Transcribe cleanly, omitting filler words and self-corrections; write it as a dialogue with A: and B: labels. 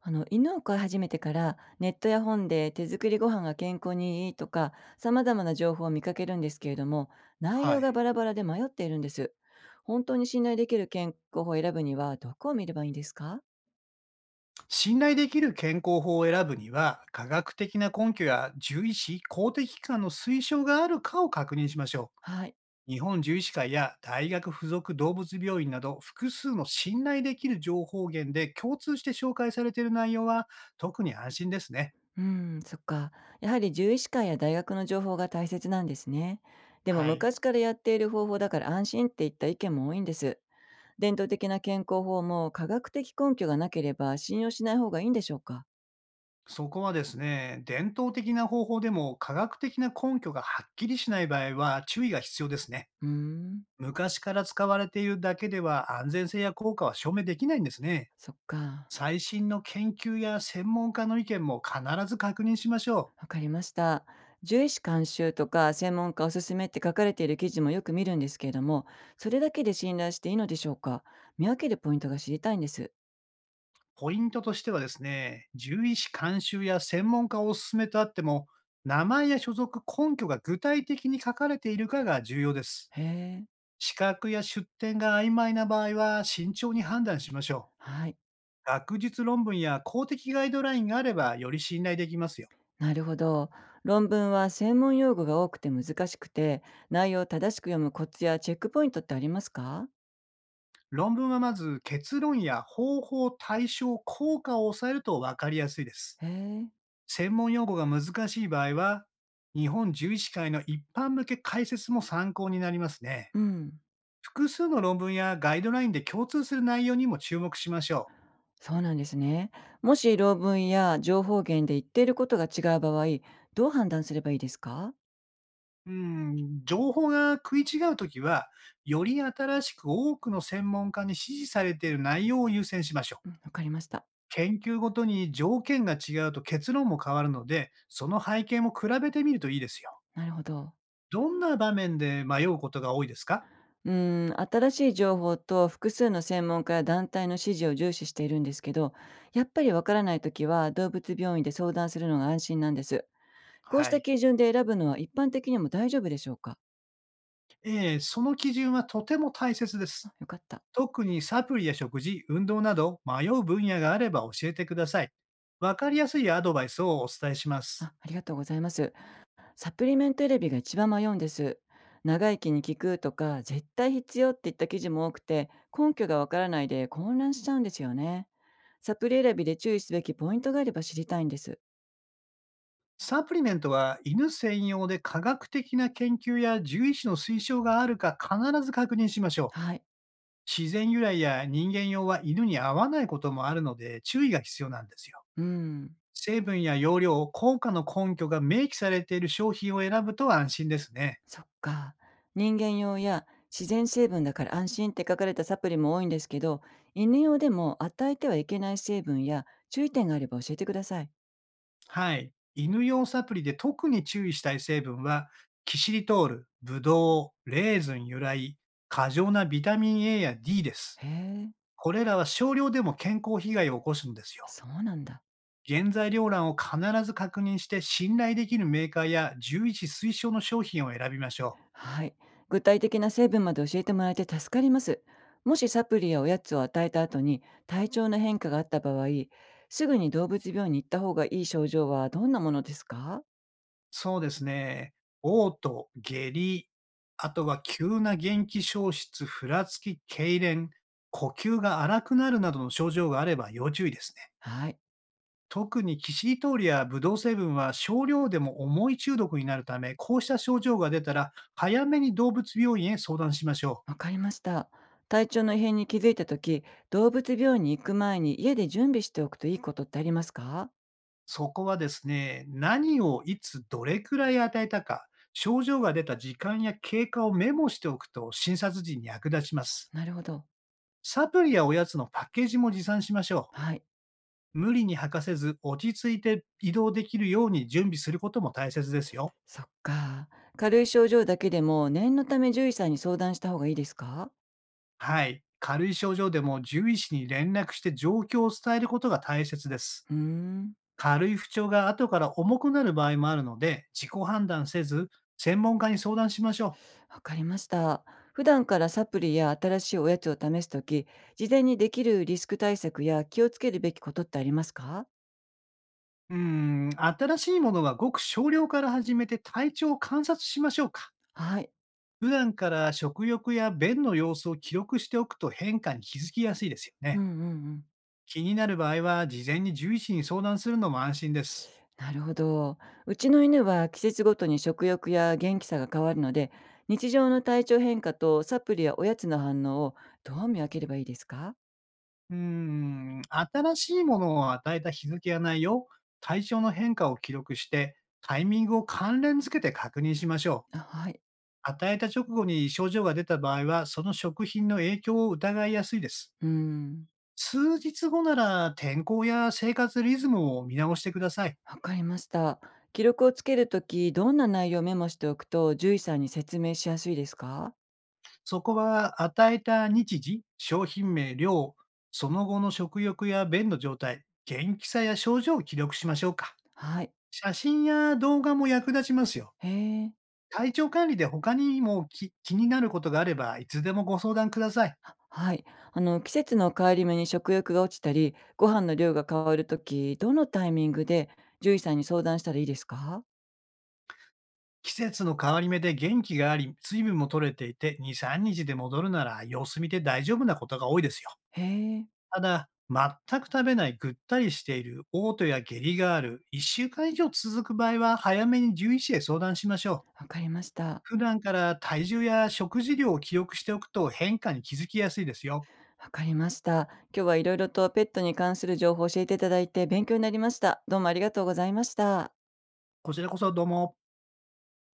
A: 犬を飼い始めてからネットや本で手作りご飯が健康にいいとか様々な情報を見かけるんですけれども、内
B: は
A: 容
B: い。
A: がバラバラで迷っているんです。本当に信頼できる健康法を選ぶにはどこを見ればいいんですか？
B: 信頼できる健康法を選ぶには、科学的な根拠や獣医師、公的機関の推奨があるかを確認しましょう。
A: はい。
B: 日本獣医師会や大学附属動物病院など、複数の信頼できる情報源で共通して紹介されている内容は、特に安心ですね。
A: うん、そっか。やはり獣医師会や大学の情報が大切なんですね。でも
B: はい。
A: 昔からやっている方法だから安心っていった意見も多いんです。伝統的な健康法も科学的根拠がなければ信用しない方がいいんでしょうか？
B: そこはですね、伝統的な方法でも科学的な根拠がはっきりしない場合は注意が必要ですね。
A: うーん。
B: 昔から使われているだけでは安全性や効果は証明できないんですね。
A: そっか。
B: 最新の研究や専門家の意見も必ず確認しましょう。
A: わかりました。獣医師監修とか専門家おすすめって書かれている記事もよく見るんですけれども、それだけで信頼していいのでしょうか？見分けるポイントが知りたいんです。
B: ポイントとしてはですね、獣医師監修や専門家をお勧めとあっても、名前や所属根拠が具体的に書かれているかが重要です。
A: へえ。
B: 資格や出典が曖昧な場合は慎重に判断しましょう。
A: はい。
B: 学術論文や公的ガイドラインがあればより信頼できますよ。
A: なるほど。論文は専門用語が多くて難しくて、内容を正しく読むコツやチェックポイントってありますか？
B: 論文はまず結論や方法、対象、効果を抑えると分かりやすいです。
A: へえ。
B: 専門用語が難しい場合は、日本獣医師会の一般向け解説も参考になりますね。
A: うん。
B: 複数の論文やガイドラインで共通する内容にも注目しましょ
A: そうなんですね。もし論文や情報源で言っていることが違う場合、どう判断すればいいですか？
B: う。うん、情報が食い違うときは、より新しく多くの専門家に支持されている内容を優先しましょ
A: う
B: う。
A: ん、わかりました。
B: 研究ごとに条件が違うと結論も変わるので、その背景も比べてみるといいですよ。
A: なるほど。
B: どんな場面で迷うことが多いですか？
A: うん、新しい情報と複数の専門家や団体の指示を重視しているんですけど、やっぱりわからないときは動物病院で相談するのが安心なんです。こうし
B: は
A: た
B: い。
A: 基準で選ぶのは一般的にも大丈夫でしょうか？
B: ええ、その基準はとても大切です。
A: あ、よかった。
B: 特にサプリや食事、運動など迷う分野があれば教えてください。わかりやすいアドバイスをお伝えしま
A: あ、
B: す。
A: ありがとうございます。サプリメント選びが一番迷うんです。長生きに効くとか、絶対必要っていった記事も多くて、根拠がわからないで混乱しちゃうんですよね。サプリ選びで注意すべきポイントがあれば知りたいんです。
B: サプリメントは犬専用で科学的な研究や獣医師の推奨があるか必ず確認しましょう。
A: はい。
B: 自然由来や人間用は犬に合わないこともあるので注意が必要なんですよ。
A: うん。
B: 成分や容量、効果の根拠が明記されている商品を選ぶと安心ですね。
A: そっか。人間用や自然成分だから安心って書かれたサプリも多いんですけど、犬用でも与えてはいけない成分や注意点があれば教えてください。
B: はい。犬用サプリで特に注意したい成分は、キシリトール、ブドウ、レーズン由来、過剰なビタミン A や D です。
A: へえ、
B: これらは少量でも健康被害を起こすんです
A: あ、
B: よ。
A: そうなんだ。
B: 原材料欄を必ず確認して信頼できるメーカーや獣医師推奨の商品を選びましょう。
A: はい。具体的な成分まで教えてもらえて助かります。もしサプリやおやつを与えた後に体調の変化があった場合、すぐに動物病院に行った方がいい症状はどんなものですか？
B: そうですね。嘔吐、下痢、あとは急な元気消失、ふらつき、痙攣、呼吸が荒くなるなどの症状があれば要注意ですね。
A: はい。
B: 特にキシリトールやブドウ成分は少量でも重い中毒になるため、こうした症状が出たら、早めに動物病院へ相談しましょう。
A: わかりました。体調の異変に気づいた時、動物病院に行く前に家で準備しておくといいことってありますか？
B: そこはですね、何をいつどれくらい与えたか、症状が出た時間や経過をメモしておくと診察時に役立ちます。
A: なるほど。
B: サプリやおやつのパッケージも持参しましょ
A: はい。
B: う。無理に吐かせず落ち着いて移動できるように準備することも大切ですよ。
A: そっか。軽い症状だけでも念のため獣医さんに相談した方がいいですか？
B: はい。軽い症状でも獣医師に連絡して状況を伝えることが大切です。
A: うーん。
B: 軽い不調が後から重くなる場合もあるので、自己判断せず、専門家に相談しましょ
A: わかりました。普段からサプリや新しいおやつを試すとき、事前にできるリスク対策や気をつけるべきことってありますか？
B: う。新しいものはごく少量から始めて体調を観察しましょうか。
A: はい。
B: 普段から食欲や便の様子を記録しておくと変化に気づきやすいですよ
A: う
B: ね。
A: んうんうん。
B: 気になる場合は、事前に獣医師に相談するのも安心です。
A: なるほど。うちの犬は季節ごとに食欲や元気さが変わるので、日常の体調変化とサプリやおやつの反応をどう見分ければいいですか？
B: うーん、新しいものを与えた日付や内容、体調の変化を記録して、タイミングを関連付けて確認しましょう。
A: あ、はい。
B: 与えた直後に症状が出た場合は、その食品の影響を疑いやすいです。
A: うん。
B: 数日後なら天候や生活リズムを見直してください。
A: わかりました。記録をつけるとき、どんな内容をメモしておくと、獣医さんに説明しやすいですか？
B: そこは与えた日時、商品名、量、その後の食欲や便の状態、元気さや症状を記録しましょうか。
A: はい。
B: 写真や動画も役立ちますよ。
A: へえ。
B: 体調管理で他にもき気になることがあれば、いつでもご相談ください。
A: はい。あの、季節の変わり目に食欲が落ちたり、ご飯の量が変わるとき、どのタイミングで獣医さんに相談したらいいですか？
B: 季節の変わり目で元気があり、水分も取れていて、2、3日で戻るなら様子見て大丈夫なことが多いですよ。
A: へえ。
B: ただ、全く食べない、ぐったりしている、嘔吐や下痢がある、1週間以上続く場合は、早めに獣医師へ相談しましょう。
A: わかりました。
B: 普段から体重や食事量を記録しておくと変化に気づきやすいですよ。
A: わかりました。今日はいろいろとペットに関する情報を教えていただいて勉強になりました。どうもありがとうございました。
B: こちらこそどうも。